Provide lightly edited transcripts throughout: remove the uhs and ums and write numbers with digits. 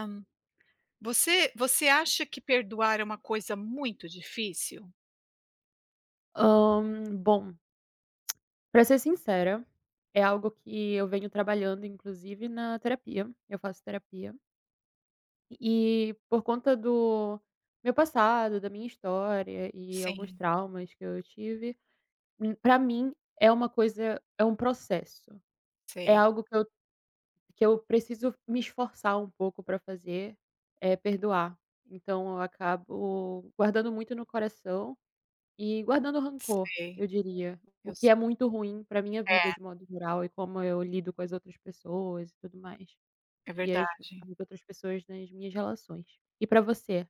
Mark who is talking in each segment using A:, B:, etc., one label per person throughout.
A: Hã. Você acha que perdoar é uma coisa muito difícil?
B: Hã, Bom, pra ser sincera, é algo que eu venho trabalhando, inclusive, na terapia. Eu faço terapia. E por conta do meu passado, da minha história e alguns
A: Sim,
B: traumas que eu tive, pra mim é uma coisa é um processo. É
A: sei,
B: algo que eu preciso me esforçar um pouco pra fazer, é perdoar. Então eu acabo guardando muito no coração e guardando rancor,
A: sei,
B: eu diria, o
A: eu
B: que
A: se
B: é muito ruim pra minha vida de modo geral e como eu lido com as outras pessoas e tudo mais,
A: é
B: e as
A: verdade.
B: as outras pessoas nas minhas relações. E pra você?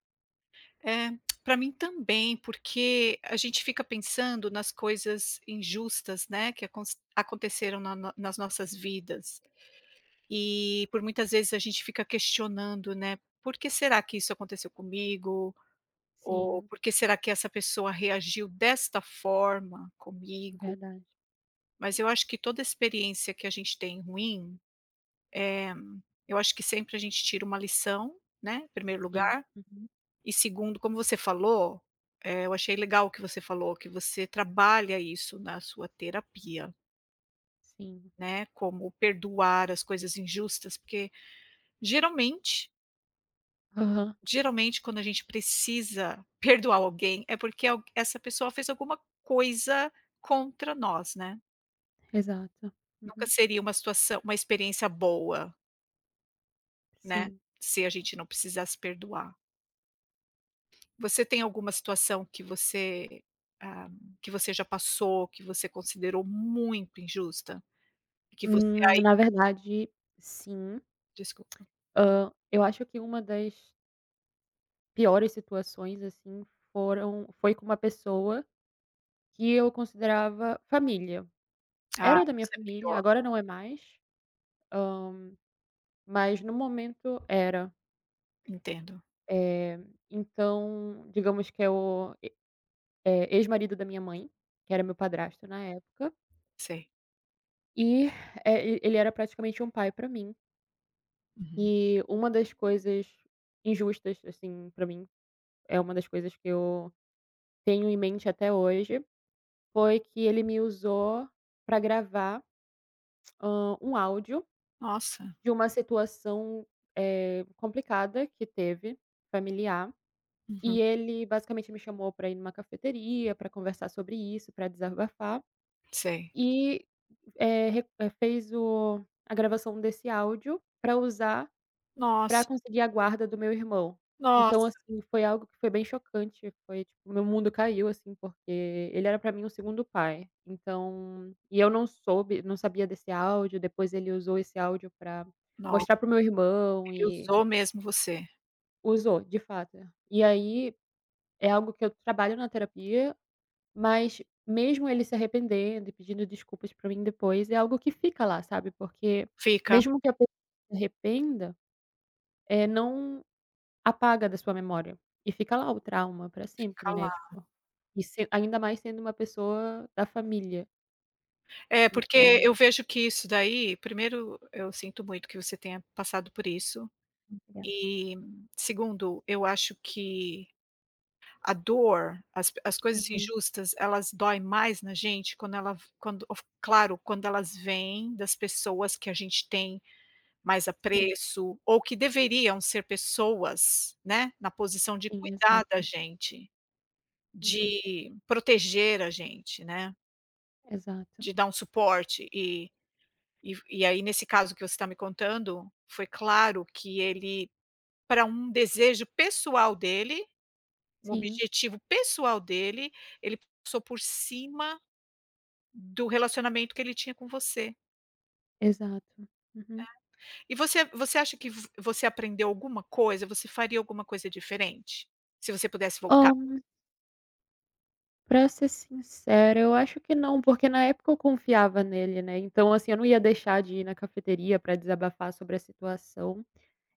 A: É, para mim também, porque a gente fica pensando nas coisas injustas, né, que aconteceram na no nas nossas vidas. E por muitas vezes a gente fica questionando, né, "Por que será que isso aconteceu comigo?" Ou
B: Sim,
A: "Por que será que essa pessoa reagiu desta forma comigo?"
B: verdade.
A: Mas eu acho que toda experiência que a gente tem ruim, eu acho que sempre a gente tira uma lição, né, em primeiro
B: Sim,
A: lugar.
B: uhum,
A: E segundo, como você falou, eu achei legal o que você falou, que você trabalha isso na sua terapia,
B: sim.
A: né, como perdoar as coisas injustas, porque geralmente
B: Aham,
A: geralmente quando a gente precisa perdoar alguém, é porque alg essa pessoa fez alguma coisa contra nós, né.
B: exato.
A: Nunca
B: Uhum,
A: seria uma experiência boa, né,
B: sim.
A: se a gente não precisasse perdoar. Você tem alguma situação que você, ah, que você já passou, que você considerou muito injusta? E que você aí
B: Na verdade, sim.
A: desculpa.
B: Eu acho que uma das piores situações, assim, foram foi com uma pessoa que eu considerava família.
A: Ah,
B: Era da minha
A: isso é
B: família,
A: pior.
B: agora não é mais, hã, mas no momento era.
A: Entendo,
B: Eh, então, digamos que é o ex-marido da minha mãe, que era meu padrasto na época,
A: sei.
B: e, e ele era praticamente um pai pra mim.
A: Uhum.
B: E uma das coisas injustas, assim, pra mim, é uma das coisas que eu tenho em mente até hoje, foi que ele me usou pra gravar, um áudio
A: Nossa.
B: de uma situação, complicada que teve, familiar.
A: Uhum.
B: E ele basicamente me chamou para ir numa cafeteria, para conversar sobre isso, para desabafar
A: Sei.
B: e, fez o a gravação desse áudio para usar para
A: Nossa,
B: conseguir a guarda do meu irmão. Então,
A: nossa,
B: assim, foi algo que foi bem chocante, foi tipo, meu mundo caiu, assim, porque ele era para mim um segundo pai. Então e eu não sabia desse áudio, depois ele usou esse áudio para
A: no
B: mostrar pro meu irmão
A: ele
B: e
A: usou mesmo você.
B: usou, de fato. E aí, é algo que eu trabalho na terapia. Mas mesmo ele se arrependendo e pedindo desculpas pra mim depois, é algo que fica lá, sabe, porque
A: Fica
B: mesmo que a pessoa se arrependa, não apaga da sua memória e fica lá o trauma pra sempre, né,
A: calada.
B: tipo, e se ainda mais sendo uma pessoa da família,
A: É, porque
B: então.
A: eu vejo que isso daí, primeiro, eu sinto muito que você tenha passado por isso.
B: Olha.
A: E, segundo, eu acho que a dor, as coisas
B: Uhum.
A: injustas, elas doem mais na gente quando, claro, quando elas vêm das pessoas que a gente tem mais
B: Sim,
A: apreço, ou que deveriam ser pessoas, né, na posição de
B: sim,
A: cuidar da
B: exato.
A: gente,
B: Uhum.
A: de proteger a gente, né,
B: Exato.
A: de dar um suporte e e aí nesse caso que você está me contando, foi claro que ele para um desejo pessoal dele, um
B: Sim,
A: objetivo pessoal dele, ele passou por cima do relacionamento que ele tinha com você.
B: exato. Uhum.
A: E você acha que v você aprendeu alguma coisa? Você faria alguma coisa diferente? Se você pudesse voltar,
B: Pra ser sincera, eu acho que não, porque na época eu confiava nele, né, então, assim, eu não ia deixar de ir na cafeteria pra desabafar sobre a situação.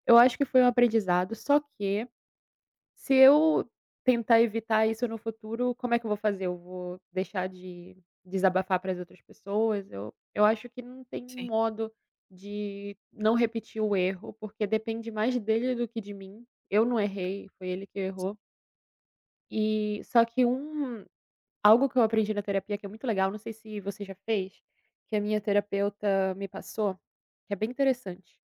B: Eu acho que foi um aprendizado, só que se eu tentar evitar isso no futuro, como é que eu vou fazer? Eu vou deixar de desabafar para as outras pessoas? Eu acho que não tem um
A: assim?
B: modo de não repetir o erro, porque depende mais dele do que de mim. Eu não errei, foi ele que errou. E só que um Algo que eu aprendi na terapia que é muito legal, não sei se você já fez, que a minha terapeuta me passou, que é bem interessante,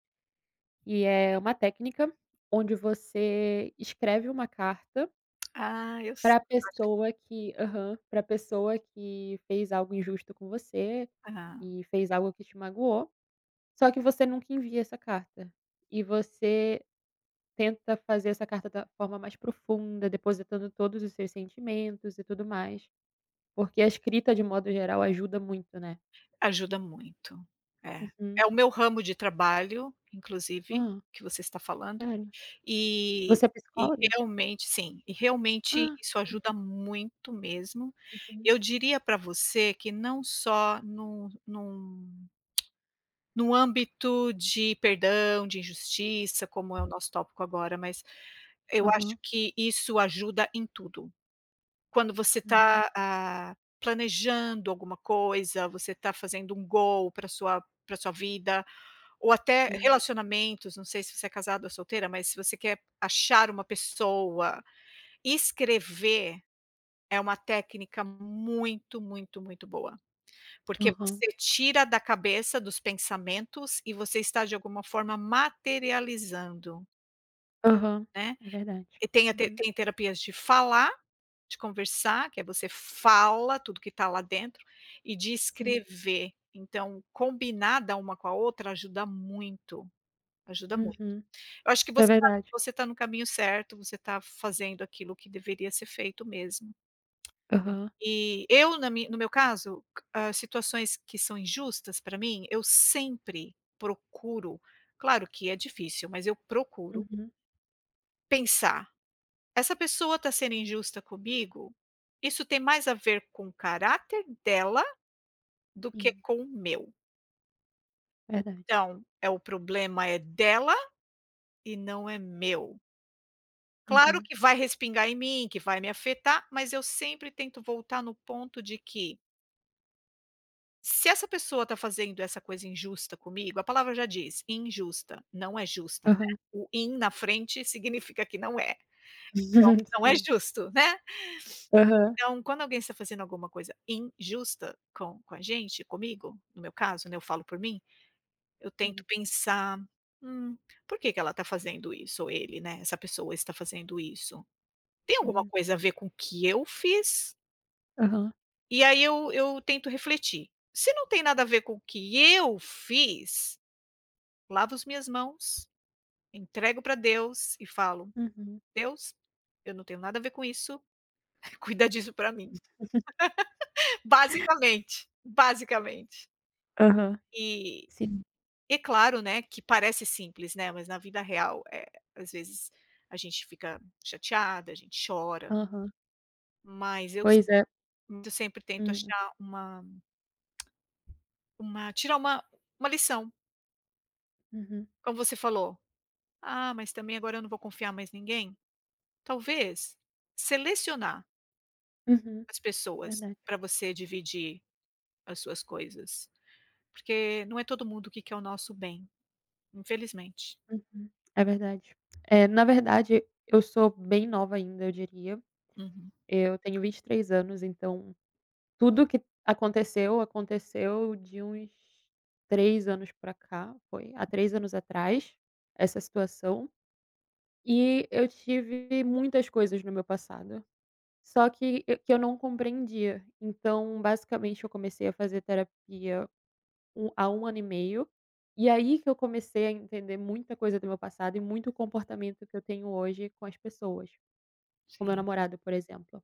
B: e é uma técnica onde você escreve uma carta
A: Ah, eu se
B: para pessoa que aham, pra pessoa que fez algo injusto com você
A: ah,
B: e fez algo que te magoou, só que você nunca envia essa carta. E você tenta fazer essa carta da forma mais profunda, depositando todos os seus sentimentos e tudo mais. Porque a escrita, de modo geral, ajuda muito, né.
A: ajuda muito. É.
B: Uhum.
A: É o meu ramo de trabalho, inclusive,
B: Hã,
A: que você está falando.
B: sério?
A: E
B: Você é psicóloga?
A: realmente sim, e realmente
B: Ah,
A: isso
B: sério?
A: ajuda muito mesmo.
B: Uhum.
A: Eu diria para você que não só no âmbito de perdão, de injustiça, como é o nosso tópico agora, mas eu acho
B: Aham.
A: que isso ajuda em tudo. Quando você
B: Hum.
A: está planejando alguma coisa, você está fazendo um goal para sua vida, ou até
B: Sim.
A: relacionamentos, não sei se você é casado ou solteira, mas se você quer achar uma pessoa, escrever é uma técnica muito, muito, muito boa, porque
B: Aham.
A: você tira da cabeça dos pensamentos e você está de alguma forma materializando,
B: Aham.
A: né.
B: É verdade.
A: E tem a te
B: Uhum.
A: tem terapias de falar, de conversar, que é você fala tudo que está lá dentro, e de
B: Sim.
A: escrever. Então, combinada uma com a outra ajuda muito, ajuda muito.
B: Uhum.
A: Eu acho que
B: Isso. É
A: você tá
B: verdade.
A: você tá no caminho certo, você tá fazendo aquilo que deveria ser feito mesmo.
B: Aham.
A: E eu na mi no meu caso, situações que são injustas pra mim, eu sempre procuro, claro que é difícil, mas eu procuro
B: Uhum.
A: pensar: "Essa pessoa tá sendo injusta comigo? Isso tem mais a ver com o caráter dela do que
B: Sim,
A: com o meu.
B: verdade.
A: Então, o problema é dela e não é meu". Claro
B: Uhum.
A: que vai respingar em mim, que vai me afetar, mas eu sempre tento voltar no ponto de que, se essa pessoa está fazendo essa coisa injusta comigo, a palavra já diz, injusta, não é justa, né,
B: Aham.
A: o "in" na frente significa que não é, não é
B: Sim.
A: justo, né.
B: Aham.
A: Então, quando alguém está fazendo alguma coisa injusta com a gente, comigo, no meu caso, né, eu falo por mim, eu tento
B: Sim.
A: pensar: "Hum, por que que ela está fazendo isso?" Ou ele, né, essa pessoa está fazendo isso. Tem alguma
B: Hum.
A: coisa a ver com o que eu fiz?
B: Aham.
A: E aí eu tento refletir, se não tem nada a ver com o que eu fiz, lavo as minhas mãos, entrego para Deus e falo:
B: Uhum.
A: "Deus, eu não tenho nada a ver com isso, cuida disso para mim". Basicamente, basicamente.
B: Aham.
A: E
B: Sim.
A: é claro, né, que parece simples, né, mas na vida real, às vezes a gente fica chateada, a gente chora,
B: Aham.
A: mas
B: Pois é.
A: eu sempre tento
B: Hum.
A: achar uma tirar uma lição,
B: Uhum.
A: como você falou. Ah, mas também agora eu não vou confiar mais ninguém? Talvez selecionar
B: Uhum.
A: as pessoas
B: Verdade.
A: para você dividir as suas coisas, porque não é todo mundo que quer o nosso bem, infelizmente.
B: Uhum. É verdade. Na verdade, eu sou bem nova ainda, eu diria.
A: Uhum.
B: Eu tenho 23 anos, então tudo que aconteceu, aconteceu de uns 3 anos pra cá, foi há 3 anos atrás, essa situação. E eu tive muitas coisas no meu passado, só que eu não compreendia. Então, basicamente, eu comecei a fazer terapia há 1 ano e meio, e aí que eu comecei a entender muita coisa do meu passado e muito comportamento que eu tenho hoje com as pessoas, com meu
A: Sim,
B: namorado, por exemplo.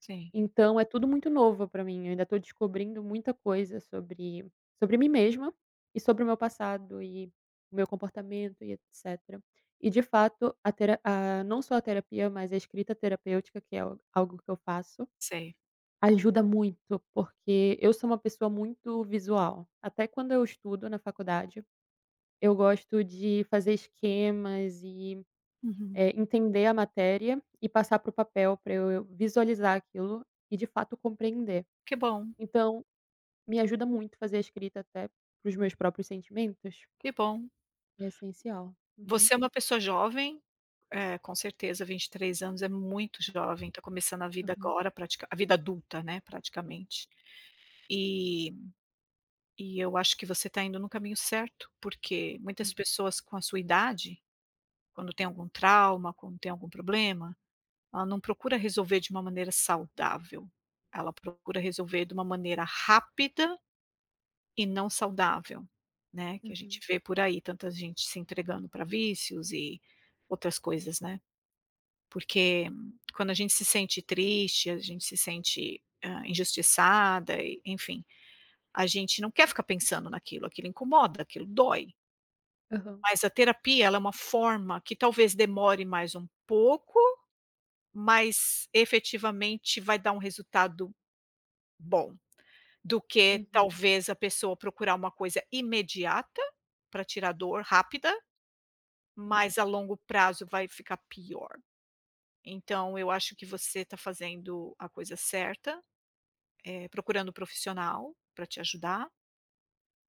A: sim,
B: Então é tudo muito novo pra mim, eu ainda tô descobrindo muita coisa sobre sobre mim mesma e sobre o meu passado e o meu comportamento e etcétera. E de fato, a tera a não só a terapia, mas a escrita terapêutica, que é al algo que eu faço,
A: sei.
B: ajuda muito, porque eu sou uma pessoa muito visual. Até quando eu estudo na faculdade eu gosto de fazer esquemas e,
A: Uhum.
B: entender a matéria e passar para o papel para eu visualizar aquilo e de fato compreender.
A: Que bom,
B: Então, me ajuda muito fazer a escrita até para os meus próprios sentimentos.
A: que bom.
B: É essencial. Uhum,
A: Você é uma pessoa jovem, com certeza, 23 anos é muito jovem, está começando a vida
B: aham,
A: agora, pratica a vida adulta, né, praticamente. E eu acho que você está indo no caminho certo, porque muitas
B: uhum,
A: pessoas com a sua idade, quando tem algum trauma, quando tem algum problema, ela não procura resolver de uma maneira saudável, ela procura resolver de uma maneira rápida e não saudável, né, que a gente
B: uhum,
A: vê por aí tanta gente se entregando para vícios e outras coisas, né. Porque quando a gente se sente triste, a gente se sente, injustiçada e enfim, a gente não quer ficar pensando naquilo, aquilo incomoda, aquilo dói.
B: aham,
A: Mas a terapia, ela é uma forma que talvez demore mais um pouco, mas efetivamente vai dar um resultado bom, do que
B: uhum,
A: talvez a pessoa procurar uma coisa imediata para tirar dor rápida,
B: sim,
A: mas a longo prazo vai ficar pior. Então eu acho que você está fazendo a coisa certa, procurando um profissional para te ajudar.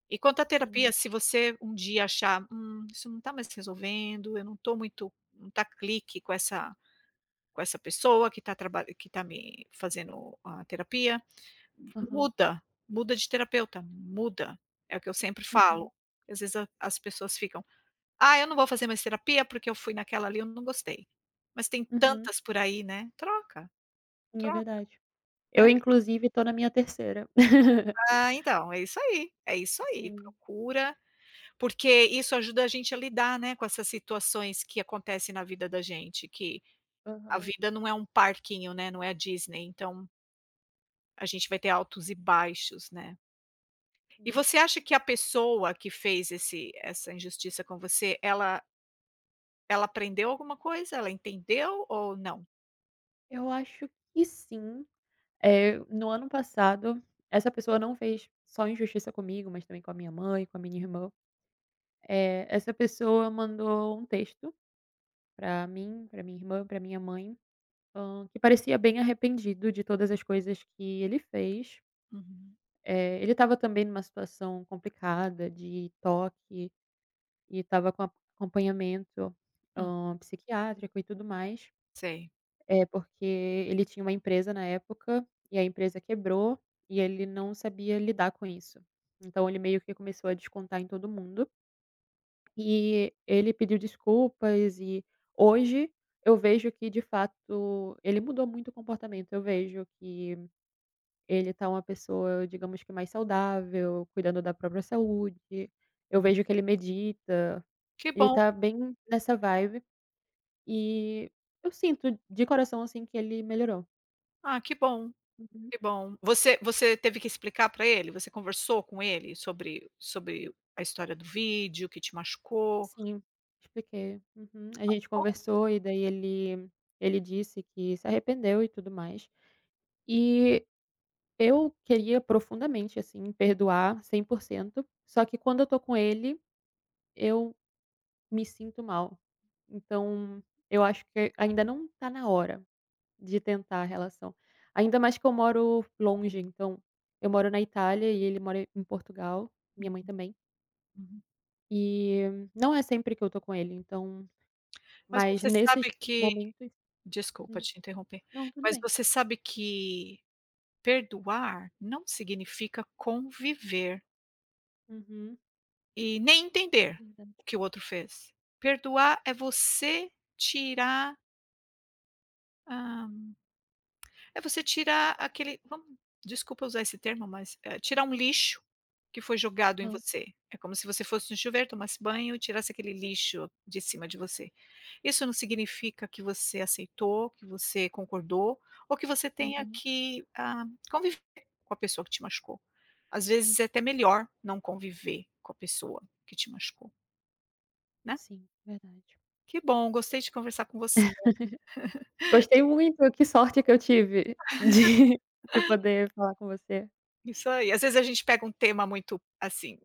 A: E quanto à
B: sim,
A: terapia, se você um dia achar: isso não está mais resolvendo, eu não estou muito não está clique com essa pessoa que está traba que tá me fazendo a terapia,
B: aham,
A: muda, muda de terapeuta, muda". É o que eu sempre
B: uhum,
A: falo. Às vezes a as pessoas ficam: "Ah, eu não vou fazer mais terapia porque eu fui naquela ali, e eu não gostei". Mas tem
B: uhum,
A: tantas por aí, né. Troca,
B: sim, é
A: troca,
B: verdade. Eu
A: né.
B: inclusive tô na minha terceira.
A: Ah, então, é isso aí,
B: Sim,
A: procura, porque isso ajuda a gente a lidar, né, com essas situações que acontecem na vida da gente, que a
B: aham,
A: vida não é um parquinho, né, não é a Disney, então a gente vai ter altos e baixos, né. E
B: sim.
A: você acha que a pessoa que fez esse essa injustiça com você, ela ela aprendeu alguma coisa? Ela entendeu ou não?
B: Eu acho que sim. No ano passado, essa pessoa não fez só injustiça comigo, mas também com a minha mãe, com a minha irmã. Essa pessoa mandou um texto pra mim, pra minha irmã, pra minha mãe, que parecia bem arrependido de todas as coisas que ele fez.
A: Uhum.
B: Ele estava também numa situação complicada de toque e estava com acompanhamento,
A: Hum.
B: psiquiátrico e tudo mais.
A: Sei.
B: É, porque ele tinha uma empresa na época, e a empresa quebrou, e ele não sabia lidar com isso. Então ele meio que começou a descontar em todo mundo, e ele pediu desculpas e hoje eu vejo que de fato ele mudou muito o comportamento, eu vejo que ele tá uma pessoa, digamos que mais saudável, cuidando da própria saúde, eu
A: Hum.
B: vejo que ele medita,
A: Que
B: ele
A: bom.
B: tá bem nessa vibe, e eu sinto de coração, assim, que ele melhorou.
A: Ah, que bom,
B: Uhum.
A: que bom. Você teve que explicar para ele? Você conversou com ele sobre a história do vídeo que te machucou?
B: Sim, expliquei. Uhum. A gente conversou e daí ele disse que se arrependeu e tudo mais. E eu queria profundamente, assim, perdoar 100% só que quando eu tô com ele, eu me sinto mal. Então, eu acho que ainda não tá na hora de tentar a relação. Ainda mais que eu moro longe, então eu moro na Itália e ele mora em Portugal, minha
A: Hum,
B: mãe também.
A: uhum.
B: E não é sempre que eu tô com ele, então,
A: Mas
B: mas
A: você
B: nesses
A: sabe que
B: momentos.
A: Desculpa
B: Hum.
A: te interromper,
B: Não, tudo
A: mas
B: bem.
A: você sabe que perdoar não significa conviver
B: Uhum.
A: e nem entender
B: Verdade.
A: o que o outro fez. Perdoar é você tirar, hã, é você tirar aquele, vamos, desculpa usar esse termo, mas, tirar um lixo que foi jogado em
B: Aham.
A: você. É como se você fosse no chuveiro, tomasse banho e tirasse aquele lixo de cima de você. Isso não significa que você aceitou, que você concordou ou que você tenha
B: Uhum.
A: que, ah, conviver com a pessoa que te machucou. Às vezes é até melhor não conviver com a pessoa que te machucou, né.
B: Sim, verdade.
A: Que bom, gostei de conversar com você.
B: Gostei muito, que sorte que eu tive de poder falar com você.
A: Isso aí. Às vezes a gente pega um tema muito, assim,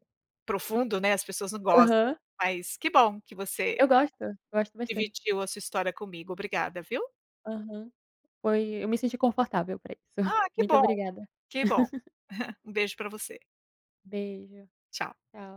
A: profundo, né, as pessoas não gostam,
B: Aham.
A: mas que bom que
B: Eu
A: você
B: gosto, gosto bastante.
A: dividiu a sua história comigo. Obrigada, viu.
B: Aham. Foi Eu me senti confortável pra isso.
A: Ah, que
B: Muito
A: bom,
B: obrigada.
A: que bom. Um beijo para você.
B: Beijo.
A: Tchau.
B: Tchau.